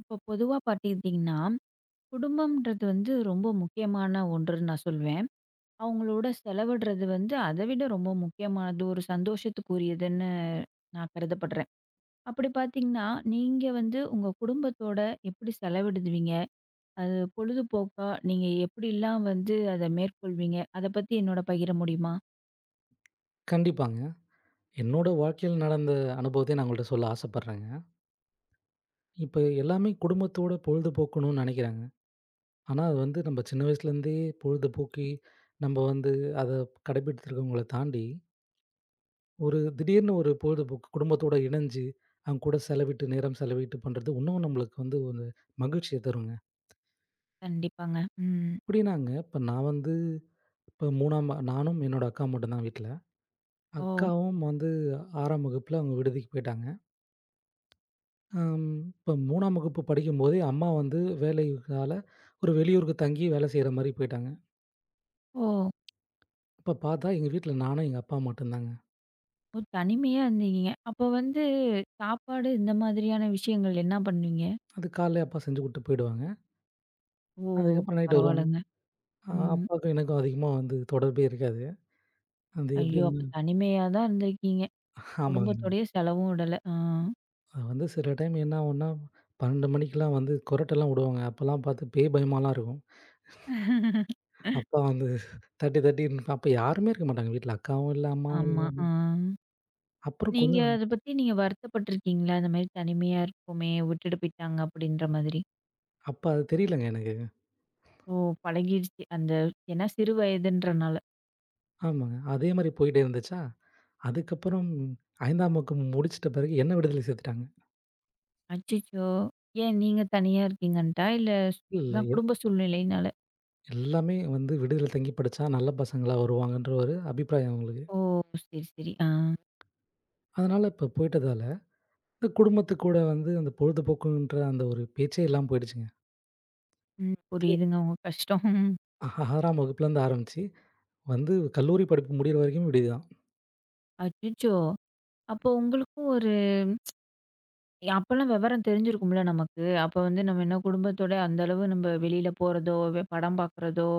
இப்போ பொதுவா பார்த்துக்கிட்டிங்கன்னா, குடும்பம்ன்றது வந்து ரொம்ப முக்கியமான ஒன்றுன்னு நான் சொல்வேன். அவங்களோட செலவிடுறது வந்து அத விட ரொம்ப முக்கியமானது, ஒரு சந்தோஷத்துக்குரியதுன்னு நான் கருதப்படுறேன். அப்படி பார்த்தீங்கன்னா, நீங்க வந்து உங்க குடும்பத்தோட எப்படி செலவிடுவீங்க? அது பொழுதுபோக்கா நீங்க எப்படிலாம் வந்து அத மேற்கொள்வீங்க? அத பத்தி என்னோட பகிர முடியுமா? கண்டிப்பாங்க. என்னோட வாழ்க்கையில நடந்த அனுபவத்த நான் உங்கள்ட்ட சொல்ல ஆசைப்படுறேங்க. இப்ப எல்லாமே குடும்பத்தோட பொழுது போக்கணும்னு நெனைக்கிறாங்க. ஆனா அது வந்து நம்ம சின்ன வயசுலேருந்தே பொழுதுபோக்கி, நம்ம வந்து அத கடைபிடித்திருக்கவங்கள தாண்டி, ஒரு திடீர்னு ஒரு பொழுதுபோக்கு குடும்பத்தோட இணைஞ்சு, அவங்க கூட செலவிட்டு நேரம் செலவிட்டு பண்றது இன்னும் நம்மளுக்கு வந்து ஒரு மகிழ்ச்சிய தருங்க. கண்டிப்பாங்க. ம். எப்படின்னாங்க, இப்ப நான் வந்து இப்ப 3ஆம் நானும் என்னோட அக்கா மட்டும் தான் வீட்ல. ஓ! அக்காவும் வந்து 6ஆம் வகுப்புல அவங்க விடுதிக்கு போயிட்டாங்க. அம் இப்ப 3ஆம் வகுப்பு படிக்கும்போதே அம்மா வந்து வேலையினால ஒரு வெளியூருக்கு தங்கி வேலை செய்ற மாரி போயிட்டாங்க. ஓ! இப்ப பார்த்தா எங்க வீட்ல நானும், எங்க அப்பா மட்டுந்தாங்க. ஓ! தனிமையா இருந்தீங்க. அப்போ வந்து சாப்பாடு இந்த மாதிரியான விஷயங்கள் என்ன பண்ணுவீங்க? அது காலைல அப்பா செஞ்சு குடுத்துட்டு போயிடுவாங்க. ஓ! அதுக்கப்புறம் நைட்டு வருவாங்க. பரவால்லங்க. ம். அப்பாவுக்கும் எனக்கும் அதிகமா வந்து தொடர்பே இருக்காது. அது ஐயோ! எப்படின்னு அப்ப தனிமையா தான் இருந்திருக்கீங்க. ஆமாங்க. குடும்பத்தோடயே செலவும் விடல. ஆ. அது வந்து சில டைம் என்ன ஆகும்னா, 12 மணிக்கெல்லாம் வந்து கொறட்டெல்லாம் விடுவாங்க. அப்பல்லாம் பார்த்து பேய் பயமாலாம் இருக்கும். அப்பா வந்து தட்டி தட்டி அப்ப யாருமே இருக்க மாட்டாங்க வீட்ல. அக்காவும் இல்ல, அம்மாவும் ஆமா. இல்ல. ஆ. அப்புறம் நீங்க கொஞ்சம் அத பத்தி நீங்க வருத்தப்பட்டுருக்கீங்களா? இந்த மாரி தனிமையா இருக்கோமே! விட்டுட்டு போயிட்டாங்க அப்பிடின்ற மாதிரி. அப்ப அது தெரியலங்க எனக்கு. ஓ! பழகிடுச்சு. அந்த ஏன்னா சிறு வயதுன்றனால. ஆமாங்க. அதே மாரி போயிட்டே இருந்துச்சா அதுக்கப்புறம் 5ஆம் வகுப்பு முடிச்சிட்ட பிறகு என்ன விடுதலை சேர்த்துட்டாங்க. அச்சச்சோ! ஏன் நீங்க தனியா இருக்கீங்கன்ட்டா? இல்ல இல்ல அதான் எ குடும்ப சூழ்நிலையினால. எல்லாமே வந்து விடுதியில தங்கி படிச்சா நல்ல பசங்களா வருவாங்கன்ற ஒரு அபிப்பிராயம் அவங்களுக்கு. ஓ! சரி, சரி. ஆ. அதனால இப்ப போயிட்டதால, இந்த குடும்பத்து கூட வந்து அந்த பொழுதுபோக்குன்ற அந்த ஒரு பேச்சே இல்லாம போயிடுச்சுங்க. ம். த்ரி புரியுதுங்க உங்க கஷ்டம். 6ஆம் வகுப்புலருந்து ஆரம்பிச்சு வந்து கல்லூரி படிப்பு முடியிற வரைக்கும் விடுதி தான். அச்சச்சோ! அப்போ உங்களுக்கும் அப்பல்லாம் விவரம் தெரிஞ்சிருக்கும்ல நமக்கு. அப்ப வந்து நம்ம என்ன குடும்பத்தோட அந்த அளவு நம்ப வெளியில போறதோ, வெ படம் பார்க்குறதோ,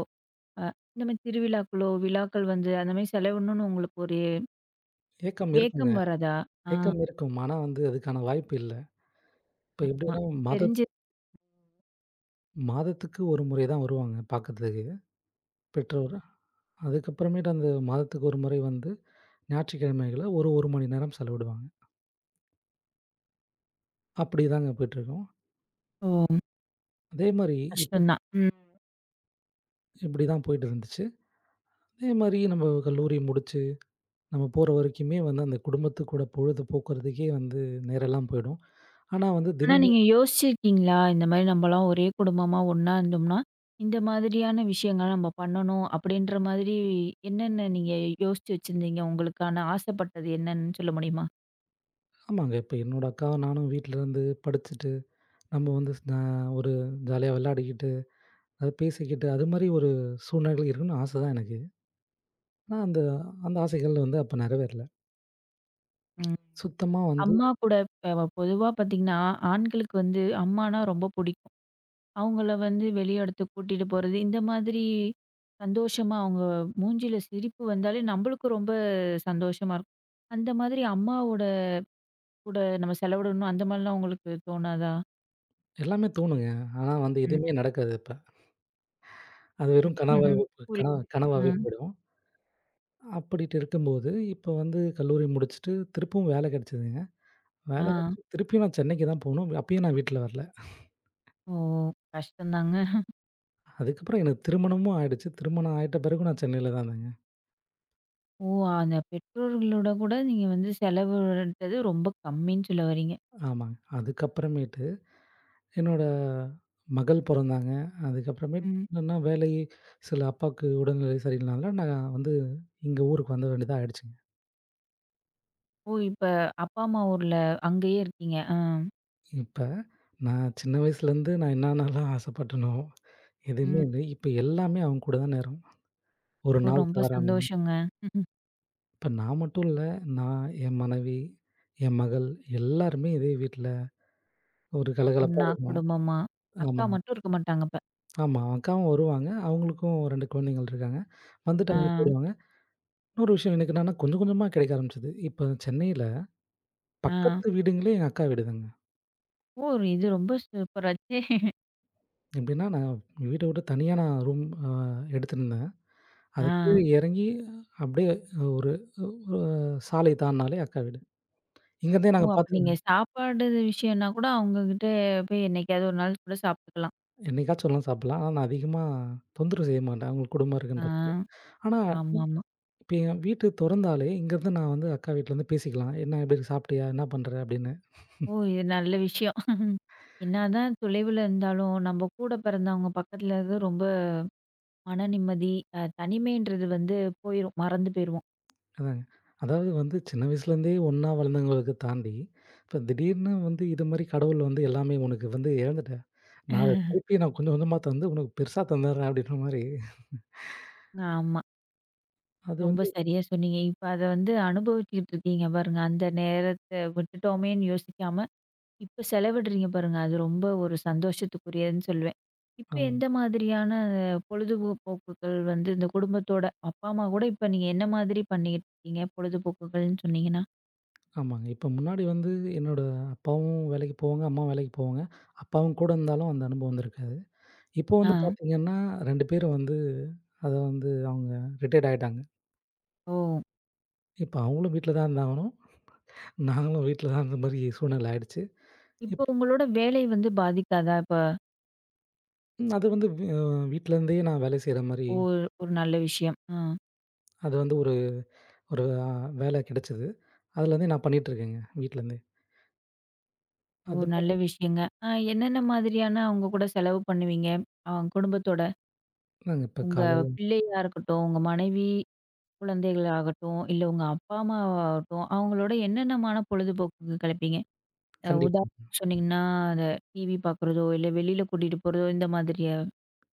அ இந்த மாரி திருவிழாக்களோ, விழாக்கள் வந்து அந்த மாரி செலவிடணும்னு உங்களுக்கு ஒரு ஏக்கம் இருக்குங்க. ஏக்கம் வராதா? ஆ ஏக்கம் இருக்கும். ஆனா வந்து அதுக்கான வாய்ப்பு இல்ல. இப்ப ஆமா. எப்படின்னா தெரிஞ்சு மாதத்து மாதத்துக்கு ஒரு முறை தான் வருவாங்க பாக்கறதுக்கு பெற்றோர். அதுக்கப்புறமேட்டு அந்த மாதத்துக்கு ஒரு முறை வந்து ஞாயிற்றுக்கிழமைகள்ல ஒரு, 1 மணி நேரம் செலவிடுவாங்க. அப்படிதாங்க போயிட்டுருக்கும். ஓ! அதே மாரி இப்ப கஷ்டம் தான். ம். இப்படிதான் போயிட்டு இருந்துச்சு. அதே மாரி நம்ம கல்லூரி முடிச்சு, நம்ம போற வரைக்குமே வந்து அந்த குடும்பத்து கூட பொழுது போக்குறதுக்கே வந்து நேரம்லாம் போயிடும். ஆனா வந்து ஆனா தினமும் நீங்க யோசிச்சிருக்கீங்களா? இந்த மாரி நம்பலாம் ஒரே குடும்பமா ஒண்ணா இருந்தோம்னா, இந்த மாதிரியான விஷயங்கள் நம்ம பண்ணணும் அப்படின்ற மாதிரி என்னென்ன நீங்க யோசிச்சு வச்சிருந்தீங்க? உங்களுக்கான ஆசைப்பட்டது என்னன்னு சொல்ல முடியுமா? ஆமாங்க. இப்ப என்னோட அக்காவும் நானும் வீட்ல இருந்து படிச்சுட்டு, நம்ம வந்து ஒரு ஜாலியா விளையாடிக்கிட்டு, அது பேசிக்கிட்டு, அது மாரி ஒரு சூழ்நிலைகள் இருக்கணும்னு ஆசை தான் எனக்கு. ஆனா அந்த அந்த ஆசைகள் வந்து அப்ப நிறைவேறல. ம். சுத்தமா வந்து அம்மா கூட இப்ப பொதுவா பார்த்தீங்கன்னா, ஆண்களுக்கு வந்து அம்மானா ரொம்ப பிடிக்கும். அவங்கள வந்து வெளி இடத்துக்கு கூட்டிட்டு போறது, இந்த மாதிரி சந்தோஷமா அவங்க மூஞ்சில சிரிப்பு வந்தாலே நம்மளுக்கு ரொம்ப சந்தோஷமா இருக்கும். அந்த மாதிரி அம்மாவோட கூட நம்ம செலவிடணும் அந்த மாதிரிலாம் உங்களுக்கு தோணாதா? எல்லாமே தோணுங்க. ஆனா வந்து ம். எதுவுமே நடக்காது அப்ப. அது வெறும் கனவாவே ம்ஹ்ம். போ கனவா புரியுது. கனவாவே ம். போயிடும். அப்படிட்டு இருக்கும்போது, இப்ப வந்து கல்லூரி முடிச்சுட்டு திருப்பவும் வேலை கிடைச்சதுங்க. ஆ. வேலை கிடைச்சு திருப்பியும் நான் சென்னைக்கு தான் போணும். அப்பயும் நான் வீட்ல வரல. ஓ! கஷ்டம்தாங்க. அதுக்கப்புறம் எனக்கு திருமணமும் ஆயிடுச்சு. திருமணம் ஆயிட்ட பிறகும் நான் சென்னையில தான் இருந்தேங்க. ஓ! அந்த பெற்றோர்களோட கூட நீங்க வந்து செலவிடுறது ரொம்ப கம்மின்னு சொல்ல வர்றீங்க. ஆமாங்க. அதுக்கப்புறமேட்டு என்னோட மகள் பொறந்தாங்க. அதுக்கப்புறமேட்டு ம். என்னன்னா வேலை சில அப்பாவுக்கு உடல்நிலை சரியில்லாதனால நான் வந்து இங்க ஊருக்கு வந்து வேண்டியதா ஆயிடுச்சுங்க. ஓ! இப்ப அப்பா, அம்மா ஊர்ல அங்கேயே இருக்கீங்க. ஆ. இப்ப நான் சின்ன வயசுலேருந்து நான் என்னான்னலாம் ஆசைப்பட்டனோ, எதுவுமே ம். இல்ல. இப்ப எல்லாமே அவங்க கூட தான் நேரம். ஒரு ஓ! நாள் ரொம்ப தவறாம. சந்தோஷங்க. இப்ப நான் மட்டும் இல்ல. நான், என் மனைவி, என் மகள் எல்லாருமே இதே வீட்ல ஒரு கலகலப்பா ஒண்ணா, இருக்கும். குடும்பமா. அக்கா ஆமாங்க. மட்டும் இருக்க மாட்டாங்க அப்ப. ஆமா. அக்காவும் வருவாங்க. அவங்களுக்கும் 2 குழந்தைகள் இருக்காங்க. வந்துட்டு ஆ, அவங்க போயிடுவாங்க. இன்னொரு விஷயம் எனக்கு என்னன்னா கொஞ்சம் கொஞ்சமா கிடைக்க ஆரம்பிச்சது. இப்ப சென்னையில ஆ. பக்கத்து வீடுங்களே எங்க அக்கா வீடுதாங்க. ஓ! இது ரொம்ப சூப்பராச்சே! எப்படின்னா நான் வீட்ட விட்டு தனியா நான் ரூம் அ எடுத்திருந்தேன். அது கீழ ஆ. இறங்கி அப்படியே ஒரு ஒரு சாலை தாண்டுனாலே அக்கா வீடு. இங்கருந்தே ஓ! நாங்க அப்ப பார்த்து நீங்க சாப்பாடு விஷயம்னா கூட அவங்ககிட்ட போய் என்னைக்காவது ஒரு நாள் கூட சாப்பிட்டுக்கலாம். என்னைக்காச்சும் ஒரு நாள் சாப்பிடலாம். ஆனா, நான் அதிகமா தொந்தரவு செய்ய மாட்டேன். அவங்களுக்கு குடும்பம் ஆ. இருக்குன்றப்போ. ஆனா, ஆமாமா. இப்ப என் வீட்டு தொறந்தாலே இங்கேருந்து நான் வந்து அக்கா வீட்லருந்து பேசிக்கலாம். "என்ன எப்படி இருக்கு? சாப்பிட்டியா? என்ன பண்ற?" அப்படின்னு. ஓ! இது நல்ல விஷயம். என்னதான் தொலைவுல இருந்தாலும், நம்ம கூட பிறந்தவங்க பக்கத்துல இருக்கிறது ரொம்ப மன நிம்மதி, அ தனிமைன்றது வந்து போயிரும். மறந்து போயிருவோம். அதாங்க. அதாவது வந்து சின்ன வயசுலேருந்தே ஒண்ணா வளர்ந்தவங்களுக்கு தாண்டி, இப்ப திடீர்னு வந்து இது மாரி கடவுள் வந்து எல்லாமே உனக்கு வந்து இழந்துட்டேன். நான் அத திருப்பி நான் கொஞ்சம் கொஞ்சமா தந்து உனக்கு பெருசா தந்துடுறேன் அப்படின்ற மாரி. ஆமா. அது ரொம்ப வந்து சரியா சொன்னீங்க. இப்ப அத வந்து அனுபவிச்சுக்கிட்டு இருக்கீங்க பாருங்க. அந்த நேரத்த விட்டுட்டோமேன்னு யோசிக்காம, இப்ப செலவிடுறீங்க பாருங்க. அது ரொம்ப ஒரு சந்தோஷத்துக்குரியதுன்னு சொல்லுவேன். இப்ப ஆமா, எந்த மாதிரியான பொழுதுபோ போக்குகள் வந்து இந்த குடும்பத்தோட அப்பா, அம்மா கூட இப்ப நீங்க என்ன மாதிரி பண்ணிக்கிட்டு இருக்கீங்க? பொழுதுபோக்குகள்ன்னு சொன்னீங்கன்னா? ஆமாங்க. இப்ப முன்னாடி வந்து என்னோட அப்பாவும் வேலைக்கு போவாங்க, அம்மாவும் வேலைக்கு போவாங்க. அப்பாவும் கூட இருந்தாலும் அந்த அனுபவம் வந்திருக்கு. இப்போ ஆ. வந்து பார்த்தீங்கன்னா, 2 பேரும் வந்து அத வந்து அவங்க ரிட்டயர்ட் ஆயிட்டாங்க. ஓ! இப்ப அவங்களும் வீட்ல தான் இருந்தாகணும். நாங்களும் வீட்ல தான் இருந்த மாரி சூழ்நிலை ஆயிடுச்சு. இப்போ இப் உங்களோட வேலை வந்து பாதிக்காதா? இப்ப அது வந்து வி அ வீட்லருந்தே நான் வேலை செய்ற மாரி, ஓ! ஒரு நல்ல விஷயம். ஆ. அது வந்து ஒரு ஒரு அ வேலை கிடைச்சது. அதுலருந்தே நான் பண்ணிட்டுருக்கேங்க, வீட்லருந்தே. ஓ! அது நல்ல மாரி விஷயங்க. ஆ என்னென்ன மாதிரியான அவங்க கூட செலவு பண்ணுவீங்க? அவங்க குடும்பத்தோட? நாங்க இப்ப உங்க காலையில பிள்ளையா இருக்கட்டும், உங்க மனைவி, குழந்தைகள் ஆகட்டும், இல்ல உங்க அப்பா, அம்மா ஆகட்டும், அவங்களோட என்னென்னமான பொழுதுபோக்குக்கு கெளப்பீங்க? அ கண்டிப்பா, உதாரணத்துக்கு சொன்னீங்கன்னா, அந்த டிவி பார்க்குறதோ, இல்ல வெளியில கூட்டிட்டு போறதோ, இந்த மாதிரியா?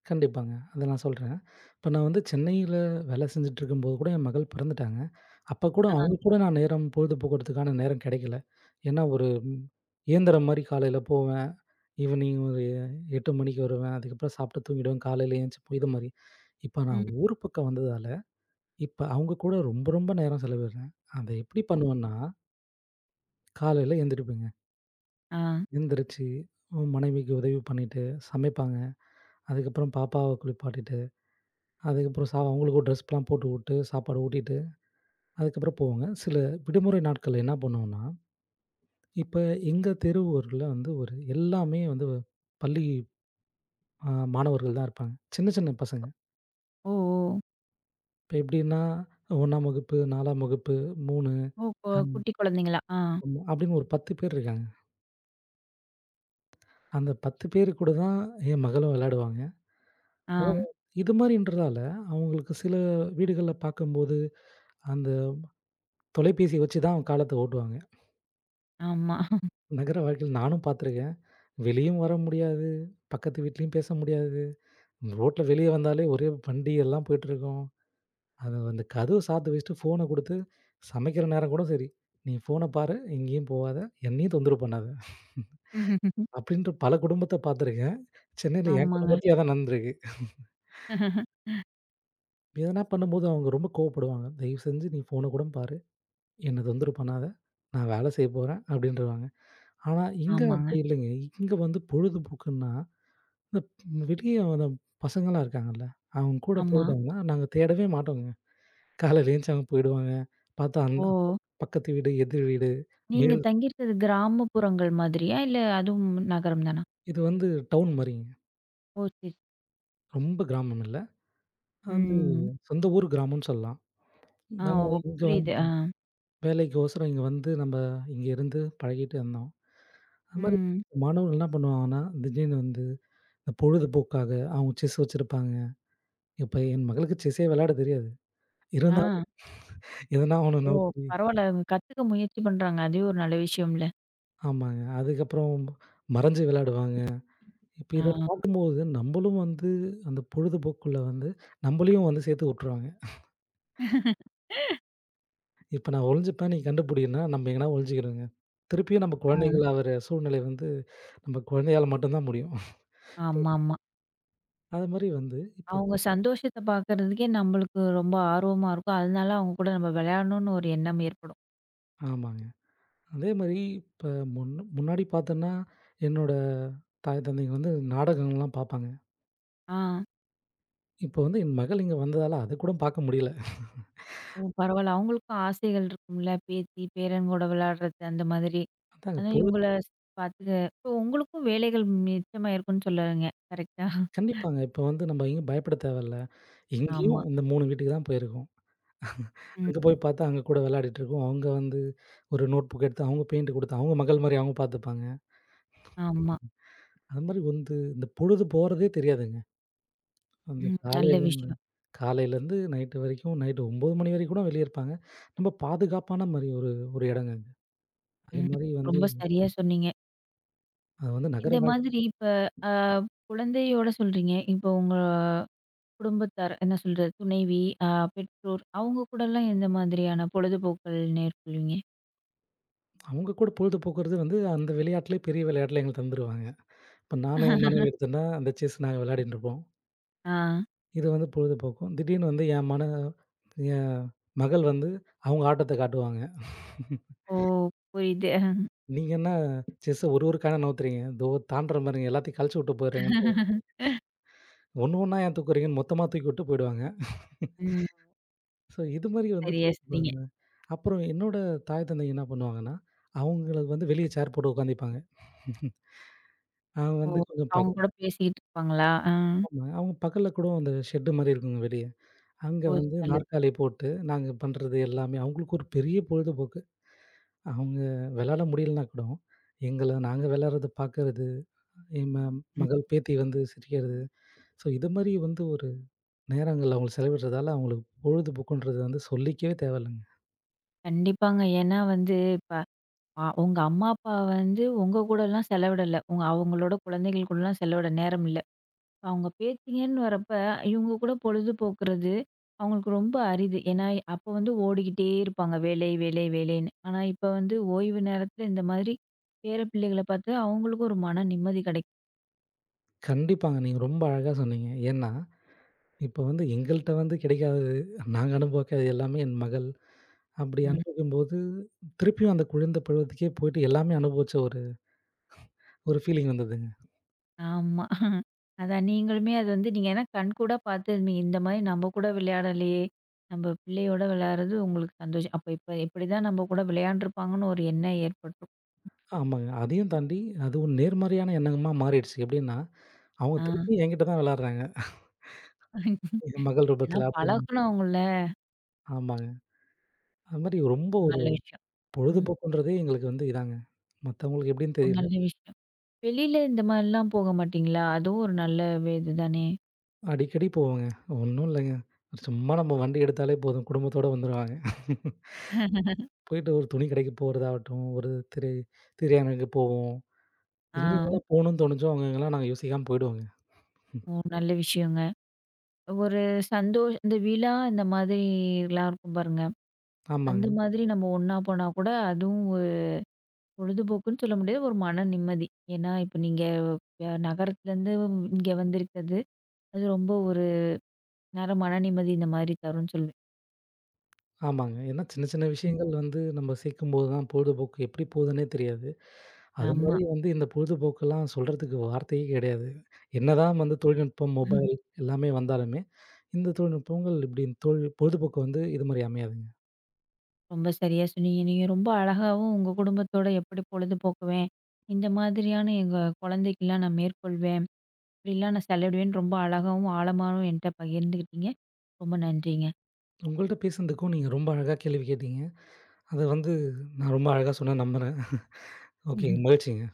கண்டிப்பாங்க. அத நான் சொல்றேன். இப்ப நான் வந்து சென்னையில வேலை செஞ்சுட்டுருக்கும்போது கூட என் மகள் பிறந்துட்டாங்க. அப்ப கூட ஆ. அவங்க கூட நான் நேரம் பொழுதுபோக்குறதுக்கான நேரம் கிடைக்கல. ஏன்னா ஒரு ம், இயந்திரம் மாரி காலையில போவேன். ஈவினிங் ஒரு 8 மணிக்கு வருவேன். அதுக்கப்புறம் சாப்பிட்டு தூங்கிடுவேன். காலையில ஏந்திச்சு போய் இது மாரி. இப்ப ம். நான் ஊர் பக்கம் வந்ததால, இப்ப அவங்க கூட ரொம்ப, ரொம்ப நேரம் செலவிடுறேன். அத எப்படி பண்ணுவேன்னா, காலையில எந்திரிப்பேங்க. ஆ. எந்திரிச்சு உம் மனைவிக்கு உதவி பண்ணிட்டு சமைப்பாங்க. அதுக்கப்புறம் பாப்பாவ குளிப்பாட்டிட்டு, அதுக்கப்புறம் சா அவங்களுக்கும் ட்ரெஸ்லாம் போட்டு விட்டு, சாப்பாடு ஊட்டிட்டு, அதுக்கப்புறம் போவாங்க. சில விடுமுறை நாட்கள்ல என்ன பண்ணுவோம்னா, இப்ப எங்க தெரு ஊர்ல வந்து ஒரு எல்லாமே வந்து பள்ளி அ மாணவர்கள் தான் இருப்பாங்க. சின்ன, சின்ன பசங்க. ஓ! ஓ! இப்ப எப்படின்னா, 1ஆம் வகுப்பு, 4ஆம் வகுப்பு, 3 ஓ! கொ அன் குட்டி குழந்தைங்களா? ஆ. அப்படின்னு ஒரு 10 பேர் இருக்காங்க. அந்த 10 பேரு கூட தான் என் மகளும் விளையாடுவாங்க. ஆ. அதாவது இது மாரின்றதால, அவங்களுக்கு சில வீடுகள்ல பார்க்கும்போது, அந்த தொலைபேசிய வச்சு தான் காலத்த ஓட்டுவாங்க. ஆமா. நகர வாழ்க்கையில நானும் பார்த்துருக்கேன். வெளியும் வர முடியாது, பக்கத்து வீட்லயும் பேச முடியாது. ரோட்ல வெளிய வந்தாலே ஒரே வண்டி எல்லாம் போயிட்டுருக்கும். அது அந்த கதவு சாத்தி வச்சுட்டு ஃபோன குடுத்து சமைக்கிற நேரம் கூட சரி, "நீ ஃபோன பாரு, எங்கேயும் போவாத, என்னையும் தொந்தரவு பண்ணாத." அப்படின்ற பல குடும்பத்த பார்த்துருக்கேன். சென்னையில என் ஆமாங்க. குடும்பத்திலயே அதான் நடந்திருக்கு. எதனா பண்ணும்போது அவங்க ரொம்ப கோவப்படுவாங்க. "தயவு செஞ்சு நீ ஃபோன கூட பாரு. என்ன தொந்தரவு பண்ணாத. நான் வேலை செய்ய போறேன்" அப்படின்றவாங்க. ஆனா இங்க ஆமாங்க. அப்படி இல்லைங்க. இங்க வந்து பொழுதுபோக்குன்னா, இந்த வெளிய வர பசங்கலாம் இருக்காங்கல்ல, அவங்க கூட ஆமா. போயிட்டாங்கன்னா, நாங்க தேடவே மாட்டோங்க. காலையில எழுந்திருச்சு அவங்க போயிடுவாங்க. பார்த்தா அந்த ஓ! பக்கத்து வீடு, எதிர் வீடு, நீங்க மேல் தங்கியிருக்கிறது கிராமப்புறங்கள் மாதிரியா? இல்ல அதுவும் நகரம் தானா? இது வந்து டவுன் மாரிங்க. ஓ! சரி. ரொம்ப கிராமம் இல்ல. அது ம். சொந்த ஊர் கிராமம்னு சொல்லலாம். ஆ. ஆனா ஓ இங்க புரியுது. வந்து ஆ. வேலைக்கோசரம் இங்க வந்து நம்ப இங்க இருந்து பழகிட்டு இருந்தோம். அது மாரி ம். மாணவர்கள் என்ன பண்ணுவாங்கன்னா, திடீர்னு வந்து இந்த பொழுதுபோக்காக அவங்க செஸ் வச்சிருப்பாங்க. இப்ப என் மகளுக்கு செஸ்ஸே விளையாட தெரியாது. ஆ. இருந்தாலும் எதனா ஒண்ணு ஓ! நவுத்தி பரவால்ல. அவங்க கத்துக்க முயற்சி பண்றாங்க. அதுவே ஒரு நல்ல விஷயம்ல. ஆமாங்க. அதுக்கப்புறம் மறைஞ்சு விளையாடுவாங்க. இப்ப ஆ. இத பார்க்கும்போது நம்பளும் வந்து அந்த பொழுதுபோக்குள்ள வந்து நம்பளையும் வந்து சேர்த்து உட்டுருவாங்க. இப்ப நான் ஒளிஞ்சுப்பேன், நீ கண்டுபுடின்னா நம்ம எங்கனா ஒளிஞ்சுக்கிறோங்க. திருப்பியும் நம்ம ஆ. குழந்தைகளா வர சூழ்நிலை வந்து நம்ம குழந்தையால மட்டும் தான் முடியும். ஆமாமா. அது மாரி வந்து இப்போ அவங்க சந்தோஷத்த பார்க்கறதுக்கே நம்மளுக்கு ரொம்ப ஆர்வமா இருக்கும். அதனால அவங்க கூட நம்ம விளையாடணும்னு ஒரு எண்ணம் ஏற்படும். ஆமாங்க. அதே மாரி இப்ப முன் முன்னாடி பார்த்தன்னா, என்னோட தாய், தந்தைங்க வந்து நாடகங்கள்லாம் பார்ப்பாங்க. ஆ. இப்போ வந்து என் மகள் இங்க வந்ததால அது கூட பார்க்க முடியல. ஓ! பரவால்ல. அவங்களுக்கும் ஆசைகள் இருக்கும்ல. பேத்தி, பேரன் கூட விளையாடுறது அந்த மாதிரி. அதாங்க ஆனா பொ இவங்கள பார்த்துக்க இப்போ உங்களுக்கும் வேலைகள் மிச்சமா இருக்கும்னு சொல்லறீங்க. கரெக்ட்டா? கண்டிப்பாங்க. இப்போ வந்து நம்ம எங்கேயும் பயப்பட தேவையில்ல. இங்கேயும் ஆமா. இந்த 3 வீட்டுக்கு தான் போயிருக்கோம். ம். அங்க போய் பார்த்தா அங்க கூட விளையாடிட்டுருக்கோம். அவங்க வந்து ஒரு நோட் புக் எடுத்து அவங்க பெயிண்ட் குடுத்து அவங்க மகள் மாரி அவங்க பார்த்துப்பாங்க. ஆமா. அது மாரி வந்து இந்த பொழுது போறதே தெரியாதுங்க. அந்த ம். நல்ல காலையிலேருந்து விஷயம். காலையிலேருந்து நைட்டு வரைக்கும் நைட்டு 9 மணி வரைக்கும் கூட வெளிய இருப்பாங்க. நம்ம பாதுகாப்பான மாரி ஒரு ஒரு இடங்க அது. அது ம். மாரி வந்து ரொம்ப சரியா சொன்னீங்க. அது வந்து நகர இந்த வாழ் மாதிரி இப்ப அ குழந்தையோட சொல்றீங்க. இப்போ உங்க குடும்பத்தார் என்ன சொல்றது? துணைவி, அ பெற்றோர் அவங்க கூடலாம் எந்த மாதிரியான பொழுதுபோக்கள் மேற்கொள்வீங்க? அவங்க கூட பொழுது போக்குறது வந்து அந்த விளையாட்டுலயே பெரிய விளையாட்டுல எங்களுக்கு தந்துருவாங்க. இப்ப நானும் என் மனைவி எடுத்தோம்னா, அந்த செஸ் நாங்க விளையாடிட்டு இருப்போம். ஆ. இது வந்து பொழுதுபோக்கும். திடீர்னு வந்து என் மகள் வந்து அவங்க ஆட்டத்த காட்டுவாங்க. ஓ! புரியுது. நீங்க என்ன செஸ்ஸ ஒரு ஒரு காயினா நவுத்துறீங்க. இதோ தாண்டுற பாருங்க எல்லாத்தையும் கழிச்சு விட்டு போயிடுறீங்கன்ட்டு, ஒண்ணு ஒண்ணா ஏன் தூக்குறீங்கன்னு மொத்தமா தூக்கி விட்டு போயிடுவாங்க. ம். ஸோ இது மாரி வந்து சரியா சொன்னீங்க. போயிடுவாங்க. அப்புறம் என்னோட தாய் தந்தை என்ன பண்ணுவாங்கன்னா, அவங்கள வந்து வெளிய சேர் போட்டு உட்காந்திப்பாங்க. அவன் ஓ! வந்து கொஞ்சம் அவங்க கூட பேசிக்கிட்டு இருப்பாங்களா? ஆ. ஆமா, அவங்க பக்கல்ல கூட அந்த ஷெட்டு மாரி இருக்குங்க வெளிய. அங்க ஓ! வந்து நல்லது. நாற்காலி போட்டு நாங்க பண்றது எல்லாமே அவங்களுக்கு ஒரு பெரிய பொழுதுபோக்கு. அவங்க விளையாட முடியலனா கூட, எங்கள நாங்க விளையாடுறத பார்க்கறது, என் ம ம். மகள் பேத்தி வந்து சிரிக்கிறது. ஸோ இது மாரி வந்து ஒரு நேரங்கள்ல அவங்க செலவிடுறதால அவங்களுக்கு பொழுதுபோக்குன்றது வந்து சொல்லிக்கவே தேவையில்லங்க. கண்டிப்பாங்க. ஏன்னா வந்து இப்ப அ உங்க அம்மா, அப்பா வந்து உங்க கூடலாம் செலவிடல. உங்க அவங்களோட குழந்தைகள் கூடலாம் செலவிட நேரம் இல்ல. அவங்க பேத்திங்கன்னு வரப்ப, இவங்க கூட பொழுது போக்குறது அவங்களுக்கு ரொம்ப அரிது. ஏன்னா, அப்போ வந்து ஓடிக்கிட்டே இருப்பாங்க. வேலை, வேலை, வேலைன்னு. ஆனா, இப்ப வந்து ஓய்வு நேரத்தில இந்த மாதிரி பேர பிள்ளைகள பார்த்து அவங்களுக்கும் ஒரு மன நிம்மதி கிடைக்கும். கண்டிப்பாங்க. நீங்க ரொம்ப அழகா சொன்னீங்க. ஏன்னா, இப்ப வந்து எங்கள்ட்ட வந்து கிடைக்காதது, நாங்க அனுபவிக்காதது எல்லாமே என் மகள். அப்படி ம். அனுபவிக்கும்போது, திருப்பியும் அந்த குழந்தை பருவத்துக்கே போயிட்டு எல்லாமே அனுபவிச்ச ஒரு ஒரு ஃபீலிங் வந்ததுங்க. ஆமா. அதான் நீங்களுமே அது வந்து நீங்க ஏன்னா கண்கூடா பார்த்துருந்தீங்க. இந்த மாதிரி நம்ம கூட விளையாடலையே! நம்ம பிள்ளையோட விளையாடுறது உங்களுக்கு சந்தோஷம். அப்ப இப்ப இப்படிதான் நம்ம கூட விளையாண்டுருப்பாங்கன்னு ஒரு எண்ணம் ஏற்பட்டுரும். ஆமாங்க. அதையும் தாண்டி அது ஒரு நேர்மறையான எண்ணமா மாறிடுச்சு. எப்படின்னா, அவங்க ஆ. திருப்பி என்கிட்ட தான் விளையாடுறாங்க. என் மகள் ஏன்னா ரூபத்துல அப்படின்னு. பழக்கணும் அவங்கள. ஆமாங்க. அது மாரி ரொம்ப ஒரு ஒரு நல்ல விஷயம். ம். பொழுதுபோக்குன்றதே எங்களுக்கு வந்து இதாங்க. மத்தவங்களுக்கு எப்படின்னு ஒரு தெரியல. நல்ல விஷயம். வெளியில இந்த மாரிலாம் போக மாட்டீங்களா? அதுவும் ஒரு நல்ல வே இதுதானே! அடிக்கடி போவோங்க. ஒண்ணும் இல்லைங்க. சும்மா நம்ம வண்டி எடுத்தாலே போதும் குடும்பத்தோட வந்துருவாங்க. போயிட்டு ஒரு துணி கடைக்கு போறதாகட்டும், ஒரு திரை திரையரங்குக்கு போவோம். ஆ. எங்கெங்கலாம் போணும்னு தோணுச்சோ, அங்கங்கலாம் நாங்க யோசிக்காம போயிடுவோங்க. ஓ நல்ல விஷயங்க. ஒரு சந்தோஷ் இந்த விழா இந்த மாதிரிலாம் இருக்கும் பாருங்க. அந்த ஆமாங்க. மாதிரி நம்ம ஒண்ணா போனா கூட அதுவும் ஒரு பொழுதுபோக்குன்னு சொல்ல முடியாது. ஒரு மன நிம்மதி. ஏன்னா, இப்ப நீங்க அ நகரத்துலேருந்து இங்க வந்திருக்கிறது, அது ரொம்ப ஒரு நேரம் மன நிம்மதி இந்த மாதிரி தரும்ன்னு சொல்லுவேன். ஆமாங்க. ஏன்னா சின்ன சின்ன ம். விஷயங்கள் வந்து நம்ம சேர்க்கும்போது தான் பொழுதுபோக்கு எப்படி போதுன்னே தெரியாது. ஆமா. அதுமாரி வந்து இந்த பொழுதுபோக்கெல்லாம் சொல்றதுக்கு வார்த்தையே கிடையாது. என்னதான் வந்து தொழில்நுட்பம், மொபைல் எல்லாமே வந்தாலுமே, இந்த தொழில்நுட்பங்கள் இப்படி தொழி பொழுதுபோக்கு வந்து இதுமாரி அமையாதுங்க. ரொம்ப சரியா சொன்னீங்க. நீங்க ரொம்ப அழகாவும் உங்க குடும்பத்தோட எப்படி பொழுது போக்குவேன், இந்த மாதிரியான எங்க குழந்தைக்கெல்லாம் நான் மேற்கொள்வேன். இப்படிலாம் நான் செலவிடுவேன்னு ரொம்ப அழகாவும், ஆழமாவும் என்ட்ட பகிர்ந்துக்கிட்டீங்க. ரொம்ப நன்றிங்க. உங்கள்ட்ட பேசுனதுக்கும் நீங்க ரொம்ப அழகா கேள்வி கேட்டீங்க. அத வந்து நான் ரொம்ப அழகா சொன்னேன்னு நம்புறேன். ஓகேங்க. மகிழ்ச்சிங்க.